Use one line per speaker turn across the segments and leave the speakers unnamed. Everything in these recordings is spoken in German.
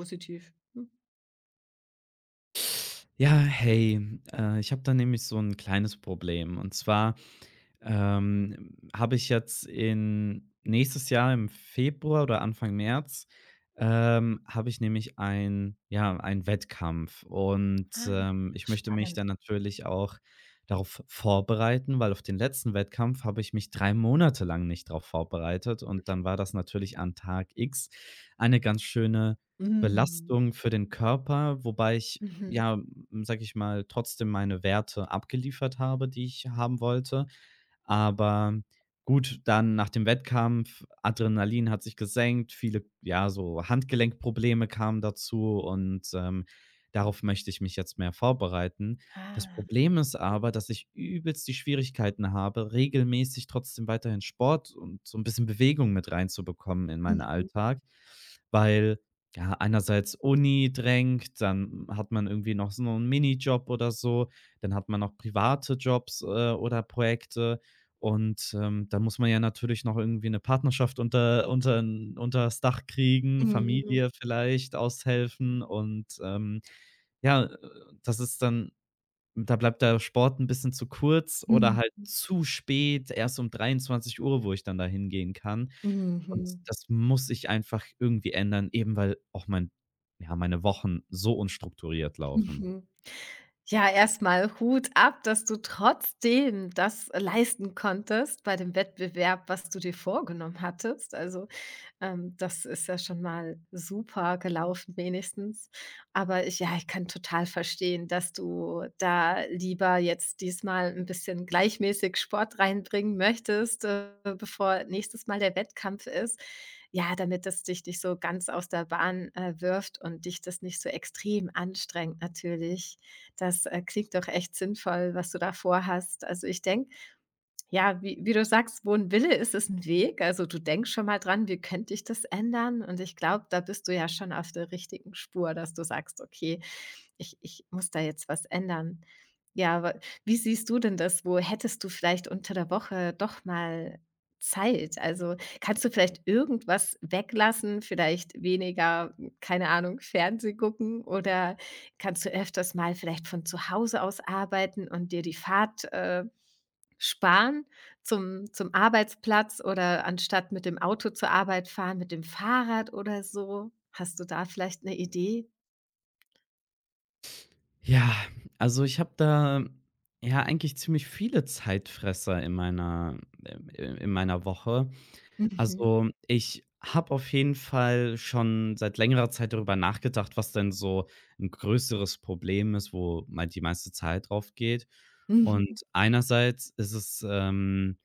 Positiv. Hm.
Ja, hey, ich habe da nämlich so ein kleines Problem. Und zwar, habe ich jetzt in nächstes Jahr im Februar oder Anfang März, habe ich nämlich einen Wettkampf und,
Ah.
ich möchte mich dann natürlich auch darauf vorbereiten, weil auf den letzten Wettkampf habe ich mich 3 Monate lang nicht darauf vorbereitet und dann war das natürlich an Tag X eine ganz schöne
Mhm.
Belastung für den Körper, wobei ich,
Mhm.
ja, sage ich mal, trotzdem meine Werte abgeliefert habe, die ich haben wollte. Aber gut, dann nach dem Wettkampf, Adrenalin hat sich gesenkt, viele, ja, so Handgelenkprobleme kamen dazu und, darauf möchte ich mich jetzt mehr vorbereiten. Das
Ah.
Problem ist aber, dass ich übelst die Schwierigkeiten habe, regelmäßig trotzdem weiterhin Sport und so ein bisschen Bewegung mit reinzubekommen in meinen
Mhm.
Alltag, weil, ja, einerseits Uni drängt, dann hat man irgendwie noch so einen Minijob oder so, dann hat man noch private Jobs, oder Projekte. Und, da muss man ja natürlich noch irgendwie eine Partnerschaft unter das Dach kriegen,
Mhm.
Familie vielleicht aushelfen und, ja, das ist dann da bleibt der Sport ein bisschen zu kurz oder
Mhm.
halt zu spät, erst um 23 Uhr, wo ich dann da hingehen kann. Und
Mhm.
das muss ich einfach irgendwie ändern, eben weil auch meine Wochen so unstrukturiert laufen.
Mhm. Ja, erstmal Hut ab, dass du trotzdem das leisten konntest bei dem Wettbewerb, was du dir vorgenommen hattest. Also, das ist ja schon mal super gelaufen wenigstens. Aber ich ja, ich kann total verstehen, dass du da lieber jetzt diesmal ein bisschen gleichmäßig Sport reinbringen möchtest, bevor nächstes Mal der Wettkampf ist. Ja, damit das dich nicht so ganz aus der Bahn, wirft und dich das nicht so extrem anstrengt natürlich. Das, klingt doch echt sinnvoll, was du da vorhast. Also, ich denke, ja, wie du sagst, wo ein Wille ist, ist ein Weg. Also du denkst schon mal dran, wie könnte ich das ändern? Und ich glaube, da bist du ja schon auf der richtigen Spur, dass du sagst, okay, ich muss da jetzt was ändern. Ja, aber wie siehst du denn das? Wo hättest du vielleicht unter der Woche doch mal Zeit? Also kannst du vielleicht irgendwas weglassen, vielleicht weniger, keine Ahnung, Fernseh gucken oder kannst du öfters mal vielleicht von zu Hause aus arbeiten und dir die Fahrt sparen zum Arbeitsplatz oder anstatt mit dem Auto zur Arbeit fahren, mit dem Fahrrad oder so? Hast du da vielleicht eine Idee?
Ja, also ich habe da ja eigentlich ziemlich viele Zeitfresser ähm, in meiner Woche.
Mhm.
Also, ich habe auf jeden Fall schon seit längerer Zeit darüber nachgedacht, was denn so ein größeres Problem ist, wo mal die meiste Zeit drauf geht. Und
Mhm.
einerseits ist es,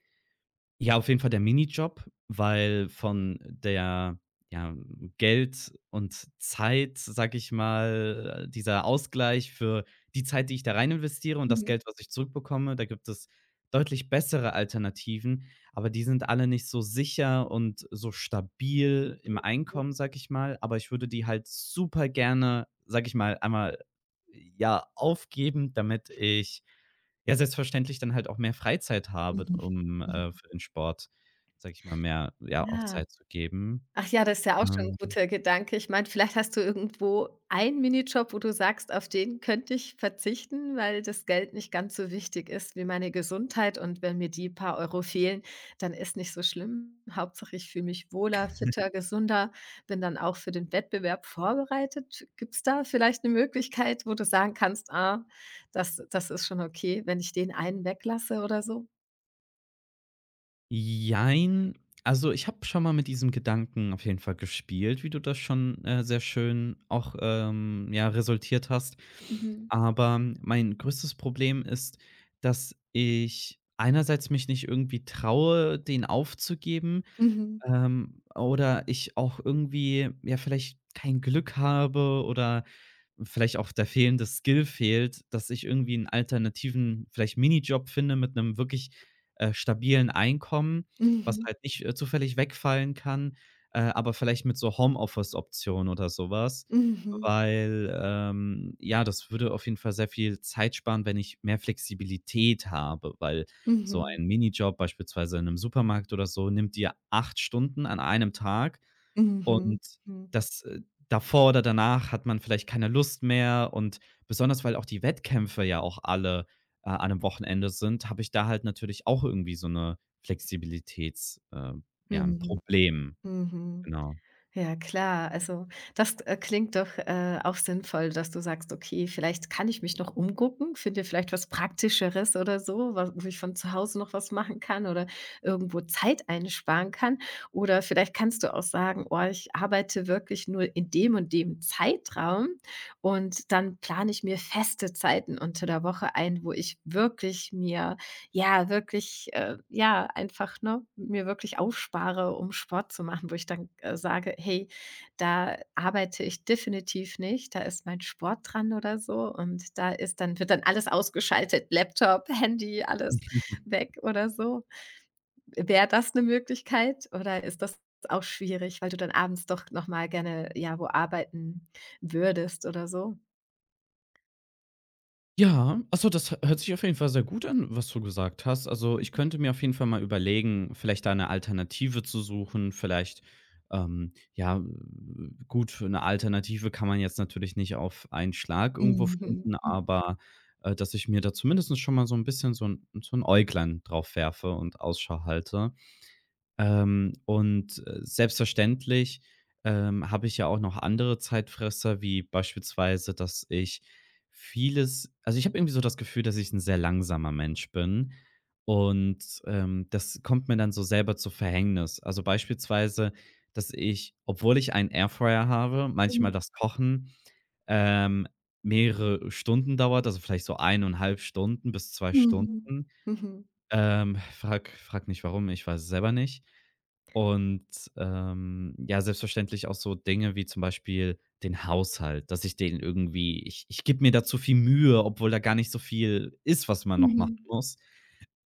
ja, auf jeden Fall der Minijob, weil von der, ja, Geld und Zeit, sag ich mal dieser Ausgleich für die Zeit, die ich da rein investiere und das
Mhm.
Geld, was ich zurückbekomme, da gibt es deutlich bessere Alternativen, aber die sind alle nicht so sicher und so stabil im
Mhm.
Einkommen, sag ich mal, aber ich würde die halt super gerne, sag ich mal, einmal, ja, aufgeben, damit ich ja, selbstverständlich dann halt auch mehr Freizeit habe,
Mhm.
um,
Mhm.
für den Sport, sage ich mal, mehr, ja, auch
Ja.
Zeit zu geben.
Ach ja, das ist ja auch schon ein
Ähm,
guter Gedanke. Ich meine, vielleicht hast du irgendwo einen Minijob, wo du sagst: „Auf den könnte ich verzichten, weil das Geld nicht ganz so wichtig ist wie meine Gesundheit und wenn mir die paar Euro fehlen, dann ist nicht so schlimm. Hauptsache, ich fühle mich wohler, fitter, gesunder, bin dann auch für den Wettbewerb vorbereitet.“ Gibt es da vielleicht eine Möglichkeit, wo du sagen kannst: „Ah, das ist schon okay, wenn ich den einen weglasse“ oder so?
jein. Also, ich habe schon mal mit diesem Gedanken auf jeden Fall gespielt, wie du das schon, sehr schön auch, ja, resultiert hast.
Mhm.
Aber mein größtes Problem ist, dass ich einerseits mich nicht irgendwie traue, den aufzugeben.
Mhm.
Oder ich auch irgendwie, ja, vielleicht kein Glück habe oder vielleicht auch der fehlende Skill fehlt, dass ich irgendwie einen alternativen, vielleicht Minijob finde mit einem wirklich, stabilen Einkommen, was
Mhm.
halt nicht, zufällig wegfallen kann, aber vielleicht mit so Homeoffice-Option oder sowas.
Mhm.
Weil, ja, das würde auf jeden Fall sehr viel Zeit sparen, wenn ich mehr Flexibilität habe, weil so
Mhm.
ein Minijob beispielsweise in einem Supermarkt oder so nimmt dir 8 Stunden an einem Tag
Mhm,
und
mhm,
das, äh davor oder danach hat man vielleicht keine Lust mehr und besonders, weil auch die Wettkämpfe ja auch alle, an 'nem Wochenende sind, habe ich da halt natürlich auch irgendwie so 'ne Flexibilitäts ja, 'n
mhm,
Problem,
mhm.
genau.
Ja klar, also das, klingt doch, auch sinnvoll, dass du sagst: „Okay, vielleicht kann ich mich noch umgucken, finde vielleicht was Praktischeres oder so, wa wo ich von zu Hause noch was machen kann oder irgendwo Zeit einsparen kann.“ Oder vielleicht kannst du auch sagen: „Oh, ich arbeite wirklich nur in dem und dem Zeitraum und dann plane ich mir feste Zeiten unter der Woche ein, wo ich wirklich mir ja, wirklich, ja, einfach, ne, mir wirklich aufspare, um Sport zu machen, wo ich dann, sage: „Hey, da arbeite ich definitiv nicht, da ist mein Sport dran oder so und da ist dann wird dann alles ausgeschaltet, Laptop, Handy, alles weg oder so.“ Wäre das eine Möglichkeit oder ist das auch schwierig, weil du dann abends doch noch mal gerne, ja, wo arbeiten würdest oder so?
Ja, also so, das hört sich auf jeden Fall sehr gut an, was du gesagt hast. Also, ich könnte mir auf jeden Fall mal überlegen, vielleicht da 'ne Alternative zu suchen, vielleicht, ja, gut, eine Alternative kann man jetzt natürlich nicht auf einen Schlag irgendwo
Mhm.
finden,
Mhm.
aber, dass ich mir da zumindest schon mal so ein bisschen so 'n Äuglein drauf werfe und Ausschau halte. Und, selbstverständlich, habe ich ja auch noch andere Zeitfresser, wie beispielsweise, dass ich vieles also, ich habe irgendwie so das Gefühl, dass ich ein sehr langsamer Mensch bin und, das kommt mir dann so selber zu Verhängnis. Also, beispielsweise, dass ich, obwohl ich einen Airfryer habe, manchmal
Mhm.
das Kochen, ähm, mehrere Stunden dauert, also vielleicht so 1,5 Stunden bis zwei
Mhm.
Stunden.
Mhm.
Frag nicht warum, ich weiß es selber nicht. Und, ja, selbstverständlich auch so Dinge wie zum Beispiel den Haushalt, dass ich den irgendwie ich gebe mir da zu viel Mühe, obwohl da gar nicht so viel ist, was man noch machen
Mhm.
muss.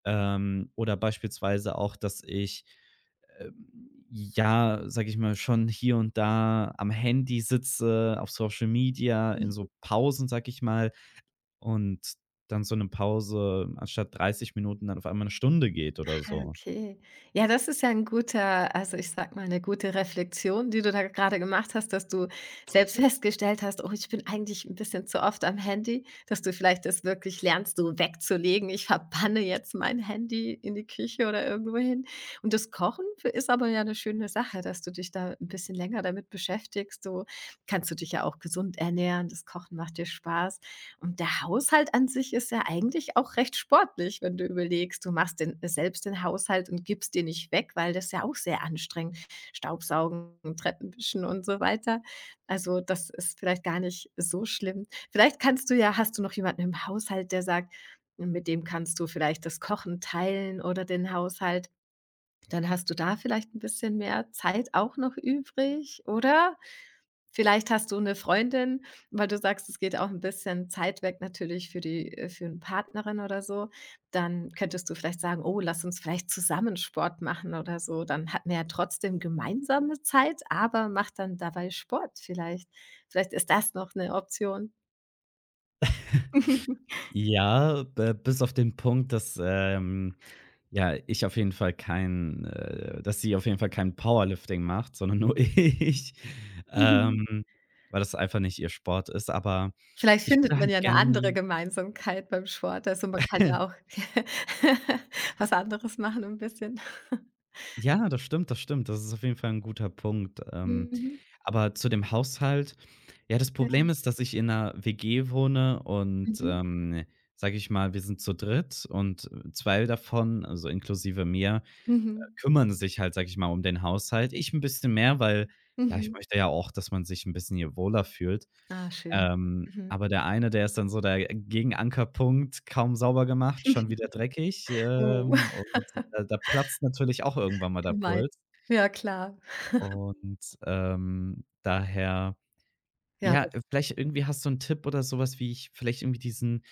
Oder beispielsweise auch, dass ich, ja, sage ich mal, schon hier und da am Handy sitze, auf Social Media, in
Mhm.
so Pausen, sage ich mal. Und dann so 'ne Pause anstatt 30 Minuten dann auf einmal 'ne Stunde geht oder
Ah,
so.
okay. Ja, das ist ja ein guter also, ich sage mal, eine gute Reflexion, die du da gerade gemacht hast, dass du selbst festgestellt hast: „Oh, ich bin eigentlich ein bisschen zu oft am Handy“, dass du vielleicht das wirklich lernst, so wegzulegen: „Ich verbanne jetzt mein Handy in die Küche oder irgendwohin.“ Und das Kochen f ist aber ja eine schöne Sache, dass du dich da ein bisschen länger damit beschäftigst. So kannst du dich ja auch gesund ernähren. Das Kochen macht dir Spaß. Und der Haushalt an sich ist ja eigentlich auch recht sportlich, wenn du überlegst, du machst den selbst den Haushalt und gibst den nicht weg, weil das ist ja auch sehr anstrengend. Staubsaugen, Treppenwischen und so weiter. Also, das ist vielleicht gar nicht so schlimm. Vielleicht kannst du ja hast du noch jemanden im Haushalt, der sagt, mit dem kannst du vielleicht das Kochen teilen oder den Haushalt. Dann hast du da vielleicht ein bisschen mehr Zeit auch noch übrig, oder? Vielleicht hast du eine Freundin, weil du sagst, es geht auch ein bisschen Zeit weg natürlich für die für 'ne Partnerin oder so. Dann könntest du vielleicht sagen: „Oh, lass uns vielleicht zusammen Sport machen“ oder so. Dann hat man ja trotzdem gemeinsame Zeit, aber macht dann dabei Sport vielleicht. Vielleicht ist das noch eine Option.
Ja, b bis auf den Punkt, dass, ja, ich auf jeden Fall kein dass sie auf jeden Fall kein Powerlifting macht, sondern nur ich,
Mhm.
ähm, weil das einfach nicht ihr Sport ist. Aber
Vielleicht
ich
findet
würde halt
man ja eine andere
gerne.
Gemeinsamkeit beim Sport. Also, man kann ja auch was anderes machen ein bisschen.
Ja, das stimmt, das stimmt. Das ist auf jeden Fall ein guter Punkt. Ähm,
Mhm.
aber zu dem Haushalt ja, das Problem
Ja.
ist, dass ich in 'ner WG wohne und,
Mhm.
sage ich mal, wir sind zu dritt und 2 davon, also inklusive mir
Mhm.
kümmern sich halt, sage ich mal, um den Haushalt. Ich 'n bisschen mehr, weil, ja, ich
Mhm.
möchte ja auch, dass man sich 'n bisschen hier wohler fühlt.
Ah, schön.
Ähm,
Mhm.
aber der eine, der ist dann so der Gegenankerpunkt, kaum sauber gemacht, schon wieder dreckig,
Oh,
und da platzt natürlich auch irgendwann mal der
gemein.
Puls.
Ja, klar.
Und, daher
Ja.
ja, vielleicht irgendwie hast du 'n Tipp oder so was, wie ich vielleicht irgendwie diesen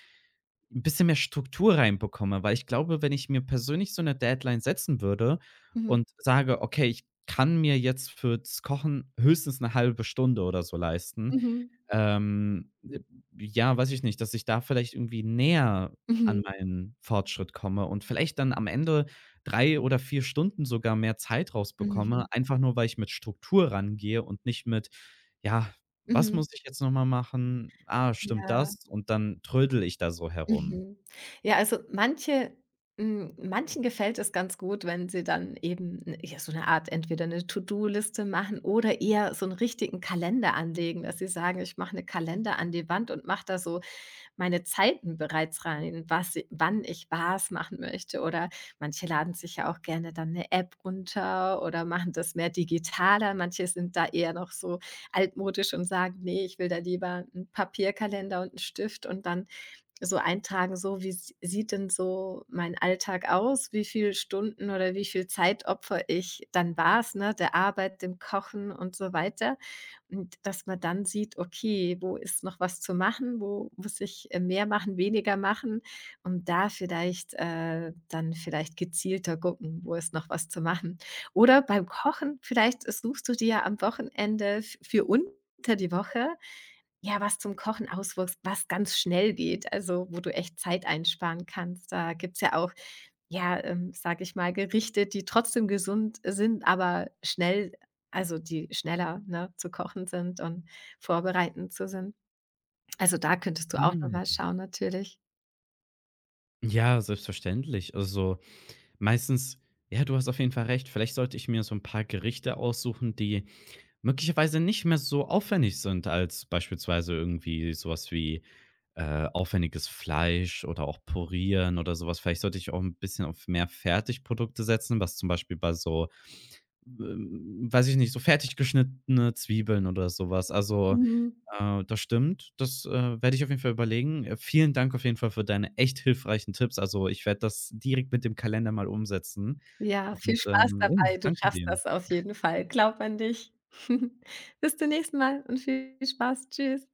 'n bisschen mehr Struktur reinbekomme, weil ich glaube, wenn ich mir persönlich so eine Deadline setzen würde
Mhm.
und sage: „Okay, ich kann mir jetzt fürs Kochen höchstens eine halbe Stunde oder so leisten“,
Mhm.
ähm, äh, ja, weiß ich nicht, dass ich da vielleicht irgendwie näher an
Mhm.
meinen Fortschritt komme und vielleicht dann am Ende 3 oder 4 Stunden sogar mehr Zeit rausbekomme,
Mhm.
einfach nur, weil ich mit Struktur rangehe und nicht mit, ja, was muss
Mhm.
ich jetzt noch mal machen? Ah, stimmt
Ja.
das? Und dann trödel ich da so herum.
Mhm. Ja, also manche manchen gefällt es ganz gut, wenn sie dann eben, n ja, so eine Art entweder eine To-do-Liste machen oder eher so einen richtigen Kalender anlegen, dass sie sagen: „Ich mache eine Kalender an die Wand und mache da so meine Zeiten bereits rein, was i wann ich was machen möchte.“ Oder manche laden sich ja auch gerne dann eine App runter oder machen das mehr digitaler. Manche sind da eher noch so altmodisch und sagen: nee, ich will da lieber 'n Papierkalender und einen Stift und dann so eintragen, so wie s sieht denn so mein Alltag aus? Wie viel Stunden oder wie viel Zeit opfere ich dann war's ne, der Arbeit, dem Kochen und so weiter. Und dass man dann sieht, okay, wo ist noch was zu machen? Wo muss ich, mehr machen, weniger machen? Und da vielleicht dann vielleicht gezielter gucken, wo ist noch was zu machen. Oder beim Kochen, vielleicht suchst du dir am Wochenende f für unter die Woche ja, was zum Kochen auswirkst, was ganz schnell geht, also wo du echt Zeit einsparen kannst. Da gibt's ja auch, ja, sage ich mal, Gerichte, die trotzdem gesund sind, aber schnell also die schneller, ne, zu kochen sind und vorbereitend zu sind. Also, da könntest du auch nochmal
Mhm.
schauen natürlich.
Ja, selbstverständlich. Also, meistens ja, du hast auf jeden Fall recht. Vielleicht sollte ich mir so ein paar Gerichte aussuchen, die möglicherweise nicht mehr so aufwendig sind als beispielsweise irgendwie sowas wie, aufwendiges Fleisch oder auch Pürieren oder sowas. Vielleicht sollte ich auch ein bisschen auf mehr Fertigprodukte setzen, was zum Beispiel bei so. Weiß ich nicht, so fertig geschnittene Zwiebeln oder so was. Also,
Mhm.
das stimmt. Das, werde ich auf jeden Fall überlegen. Vielen Dank auf jeden Fall für deine echt hilfreichen Tipps. Also, ich werde das direkt mit dem Kalender mal umsetzen
Ja, viel
und,
Spaß
ja,
dabei. Du
danke
schaffst
dir.
das auf jeden Fall. Glaub an dich. Bis zum nächsten Mal und viel Spaß. Tschüss.